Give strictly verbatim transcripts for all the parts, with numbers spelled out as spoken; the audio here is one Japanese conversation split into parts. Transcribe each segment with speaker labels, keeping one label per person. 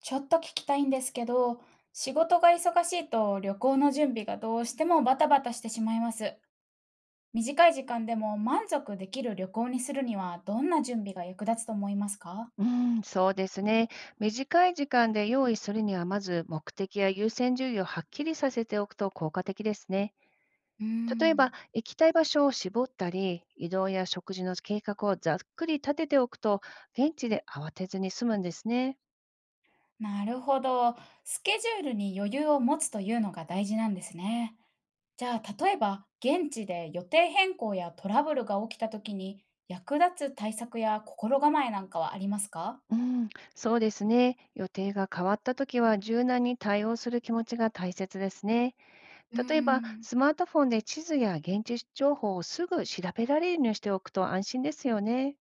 Speaker 1: ちょっと聞きたいんですけど、仕事が忙しいと旅行の準備がどうしてもバタバタしてしまいます。短い時間でも満足できる旅行にするにはどんな準備が役立つと思いますか？
Speaker 2: うん、そうですね。短い時間で用意するには、まず目的や優先順位をはっきりさせておくと効果的ですね。
Speaker 1: うー
Speaker 2: 例えば、
Speaker 1: ん、
Speaker 2: 行きたい場所を絞ったり、移動や食事の計画をざっくり立てておくと、現地で慌てずに済むんですね。
Speaker 1: なるほど。スケジュールに余裕を持つというのが大事なんですね。じゃあ、例えば現地で予定変更やトラブルが起きた時に役立つ対策や心構えなんかはありますか？
Speaker 2: うん、そうですね。予定が変わったときは、柔軟に対応する気持ちが大切ですね。
Speaker 1: うー
Speaker 2: 例えば、
Speaker 1: ん。
Speaker 2: スマートフォンで地図や現地情報をすぐ調べられるようにしておくと安心ですよね。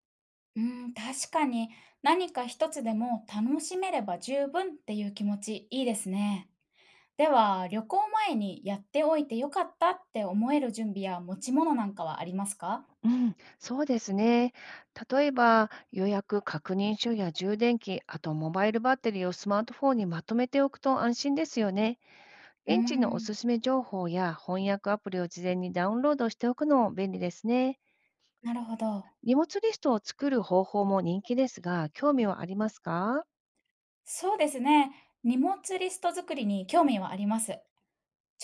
Speaker 1: うん、確かに。何か一つでも楽しめれば十分っていう気持ち、いいですね。では、旅行前にやっておいてよかったって思える準備や持ち物なんかはありますか？
Speaker 2: うん、そうですね。例えば、予約確認書や充電器、あとモバイルバッテリーをスマートフォンにまとめておくと安心ですよね。
Speaker 1: うー
Speaker 2: 現地のお
Speaker 1: ん、
Speaker 2: すすめ情報や翻訳アプリを事前にダウンロードしておくのも便利ですね。
Speaker 1: なるほど。
Speaker 2: 荷物リストを作る方法も人気ですが、興味はありますか？
Speaker 1: そうですね。荷物リスト作りに興味はあります。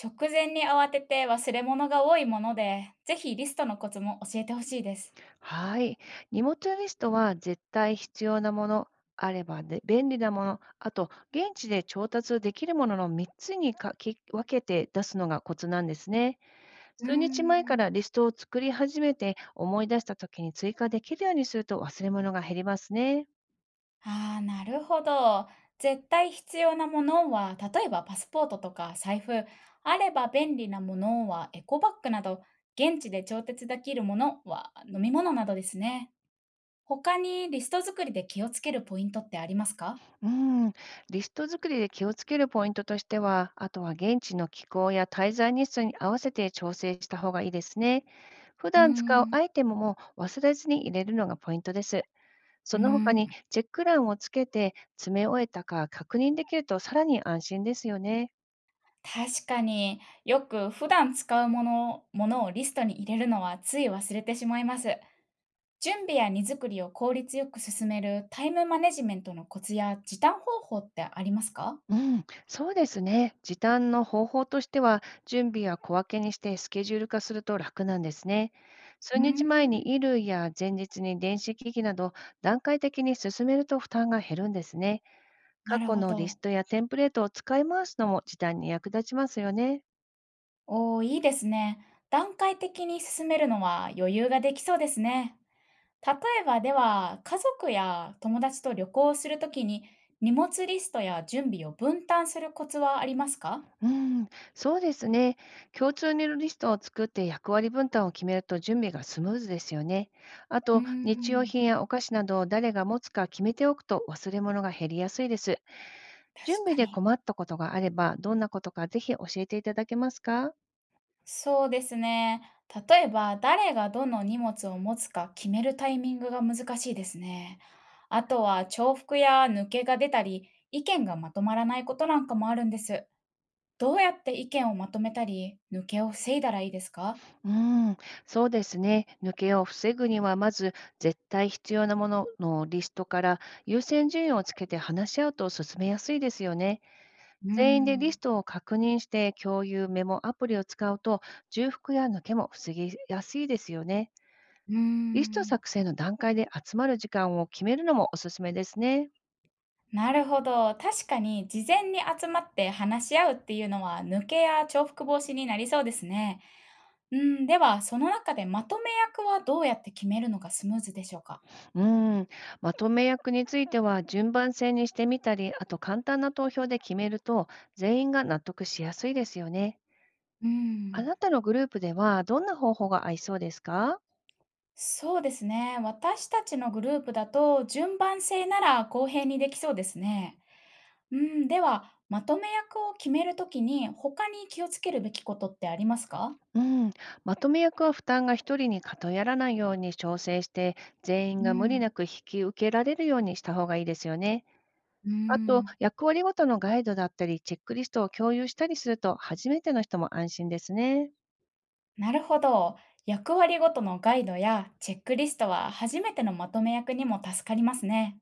Speaker 1: 直前に慌てて忘れ物が多いもので、ぜひリストのコツも教えてほしいです。
Speaker 2: はい。荷物リストは絶対必要なもの、あればで便利なもの、あと現地で調達できるもののみっつにかき分けて出すのがコツなんですね。
Speaker 1: うー
Speaker 2: 数日前か
Speaker 1: ん。
Speaker 2: らリストを作り始めて思い出した時に追加できるようにすると忘れ物が減りますね。
Speaker 1: ああ、なるほど。絶対必要なものは、例えばパスポートとか財布、あれば便利なものはエコバッグなど、現地で調節できるものは飲み物などですね。他にリスト作りで気をつけるポイントってありますか？
Speaker 2: うん、リスト作りで気をつけるポイントとしては、あとは現地の気候や滞在日数に合わせて調整した方がいいですね。普
Speaker 1: うー
Speaker 2: 段使う
Speaker 1: ん。
Speaker 2: アイテムも忘れずに入れるのがポイントです。
Speaker 1: う
Speaker 2: そ
Speaker 1: ー
Speaker 2: の他に
Speaker 1: ん。
Speaker 2: チェック欄をつけて詰め終えたか確認できるとさらに安心ですよね。
Speaker 1: 確かによく普段使うもの、ものをリストに入れるのはつい忘れてしまいます。準備や荷造りを効率よく進めるタイムマネジメントのコツや時短方法ってありますか？
Speaker 2: うん、そうですね。時短の方法としては、準備は小分けにしてスケジュール化すると楽なんですね。数
Speaker 1: うー
Speaker 2: 日前に
Speaker 1: ん、
Speaker 2: 衣類や前日に電子機器など、段階的に進めると負担が減るんですね。過
Speaker 1: なる
Speaker 2: 去
Speaker 1: ほ
Speaker 2: のリス
Speaker 1: ど。
Speaker 2: トやテンプレートを使い回すのも時短に役立ちますよね。
Speaker 1: おー、いいですね。段階的に進めるのは余裕ができそうですね。例えばでは、家族や友達と旅行をするときに荷物リストや準備を分担するコツはありますか？
Speaker 2: うん、そうですね。共通のリストを作って役割分担を決めると準備がスムーズですよね。あ
Speaker 1: うー
Speaker 2: と、日用
Speaker 1: ん、
Speaker 2: 品やお菓子などを誰が持つか決めておくと忘れ物が減りやすいです。準
Speaker 1: 確
Speaker 2: 備
Speaker 1: か
Speaker 2: で
Speaker 1: に。
Speaker 2: 困ったことがあれば、どんなことかぜひ教えていただけますか？
Speaker 1: そうですね。例えば、誰がどの荷物を持つか決めるタイミングが難しいですね。あとは重複や抜けが出たり、意見がまとまらないことなんかもあるんです。どうやって意見をまとめたり、抜けを防いだらいいですか？
Speaker 2: うーん、そうですね。抜けを防ぐには、まず絶対必要なもののリストから優先順位をつけて話し合うと進めやすいですよね。
Speaker 1: うー
Speaker 2: 全員でリ
Speaker 1: ん。
Speaker 2: ストを確認して共有メモアプリを使うと、重複や抜けも防ぎやすいですよね。
Speaker 1: うー
Speaker 2: リスト
Speaker 1: ん。
Speaker 2: 作成の段階で集まる時間を決めるのもおすすめですね。
Speaker 1: なるほど。確かに事前に集まって話し合うっていうのは抜けや重複防止になりそうですね。うん、ではその中でまとめ役はどうやって決めるのがスムーズでしょうか？
Speaker 2: うん、まとめ役については順番制にしてみたり、あと簡単な投票で決めると全員が納得しやすいですよね。
Speaker 1: う
Speaker 2: あ
Speaker 1: ん、
Speaker 2: なたのグループではどんな方法が合いそうですか？
Speaker 1: そうですね。私たちのグループだと順番性なら公平にできそうですね。うん、ではまとめ役を決めるときに他に気をつけるべきことってありますか？
Speaker 2: うん、まとめ役は負担が一人に偏らないように調整して、全員
Speaker 1: う
Speaker 2: が無理
Speaker 1: ん、
Speaker 2: なく引き受けられるようにした方がいいですよね。
Speaker 1: う
Speaker 2: あと、
Speaker 1: ん、
Speaker 2: 役割ごとのガイドだったり、チェックリストを共有したりすると、初めての人も安心ですね。
Speaker 1: なるほど。役割ごとのガイドやチェックリストは初めてのまとめ役にも助かりますね。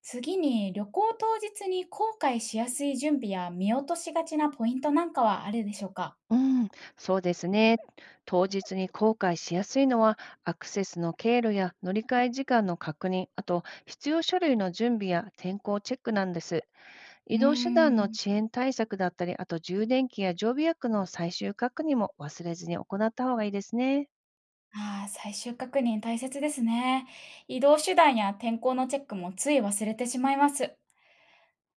Speaker 1: 次に旅行当日に後悔しやすい準備や見落としがちなポイントなんかはあるでしょうか？
Speaker 2: うん、そうですね。当日に後悔しやすいのは、アクセスの経路や乗り換え時間の確認、あと必要書類の準備や天候チェックなんです。
Speaker 1: う
Speaker 2: 移
Speaker 1: ー
Speaker 2: 動手段の
Speaker 1: ん。
Speaker 2: 遅延対策だったり、あと充電器や常備薬の最終確認も忘れずに行った方がいいですね。
Speaker 1: ああ、最終確認大切ですね。移動手段や天候のチェックもつい忘れてしまいます。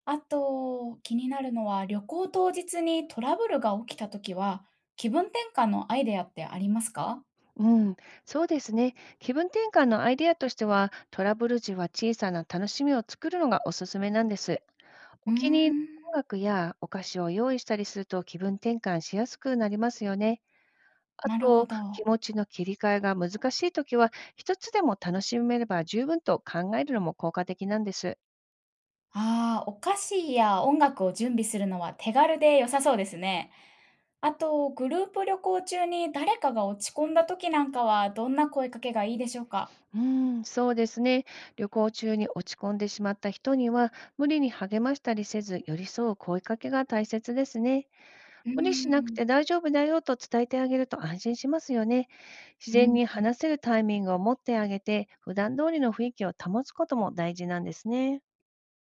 Speaker 1: あと、気になるのは旅行当日にトラブルが起きた時は気分転換のアイデアってありますか？
Speaker 2: うん、そうですね。気分転換のアイデアとしては、トラブル時は小さな楽しみを作るのがおすすめなんです。
Speaker 1: うー
Speaker 2: お気に入りの音
Speaker 1: ん、
Speaker 2: 楽やお菓子を用意したりすると気分転換しやすくなりますよね。あ
Speaker 1: なるほ
Speaker 2: と、気
Speaker 1: ど。
Speaker 2: 持ちの切り替えが難しいときは、一つでも楽しめれば十分と考えるのも効果的なんです。
Speaker 1: ああ、お菓子や音楽を準備するのは手軽で良さそうですね。あと、グループ旅行中に誰かが落ち込んだ時なんかはどんな声かけがいいでしょうか？
Speaker 2: うーん、そうですね。旅行中に落ち込んでしまった人には、無理に励ましたりせず、寄り添う声かけが大切ですね。
Speaker 1: うー
Speaker 2: 無理しなく
Speaker 1: ん、
Speaker 2: て大丈夫だよと伝えてあげると安心しますよね。自
Speaker 1: う
Speaker 2: 然
Speaker 1: ん
Speaker 2: に
Speaker 1: うん。
Speaker 2: 話せるタイミングを持ってあげて、普段通りの雰囲気を保つことも大事なんですね。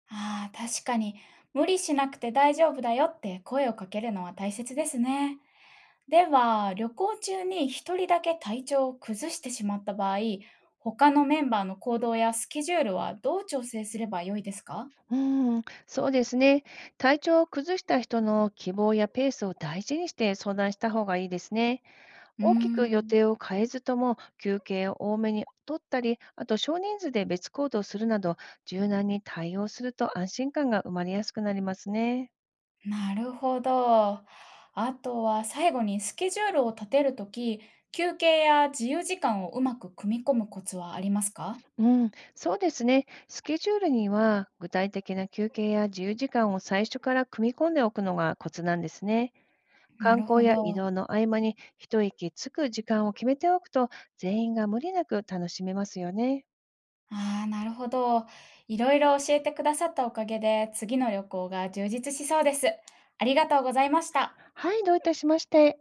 Speaker 1: ああ、確かに、無理しなくて大丈夫だよって声をかけるのは大切ですね。では、旅行中に一人だけ体調を崩してしまった場合、他のメンバーの行動やスケジュールはどう調整すれば良いですか？
Speaker 2: うーん、そうですね。体調を崩した人の希望やペースを大事にして相談した方がいいですね。
Speaker 1: うー
Speaker 2: 大きく予
Speaker 1: ん。
Speaker 2: 定を変えずとも休憩を多めに取ったり、あと少人数で別行動するなど、柔軟に対応すると安心感が生まれやすくなりますね。
Speaker 1: なるほど。あとは最後にスケジュールを立てるとき、休憩や自由時間をうまく組み込むコツはありますか？
Speaker 2: うん、そうですね。スケジュールには具体的な休憩や自由時間を最初から組み込んでおくのがコツなんですね。
Speaker 1: な
Speaker 2: 観
Speaker 1: るほ
Speaker 2: 光や移
Speaker 1: ど。
Speaker 2: 動の合間に一息つく時間を決めておくと全員が無理なく楽しめますよね。
Speaker 1: ああ、なるほど。いろいろ教えてくださったおかげで、次の旅行が充実しそうです。ありがとうございました。
Speaker 2: はい、どういたしまして。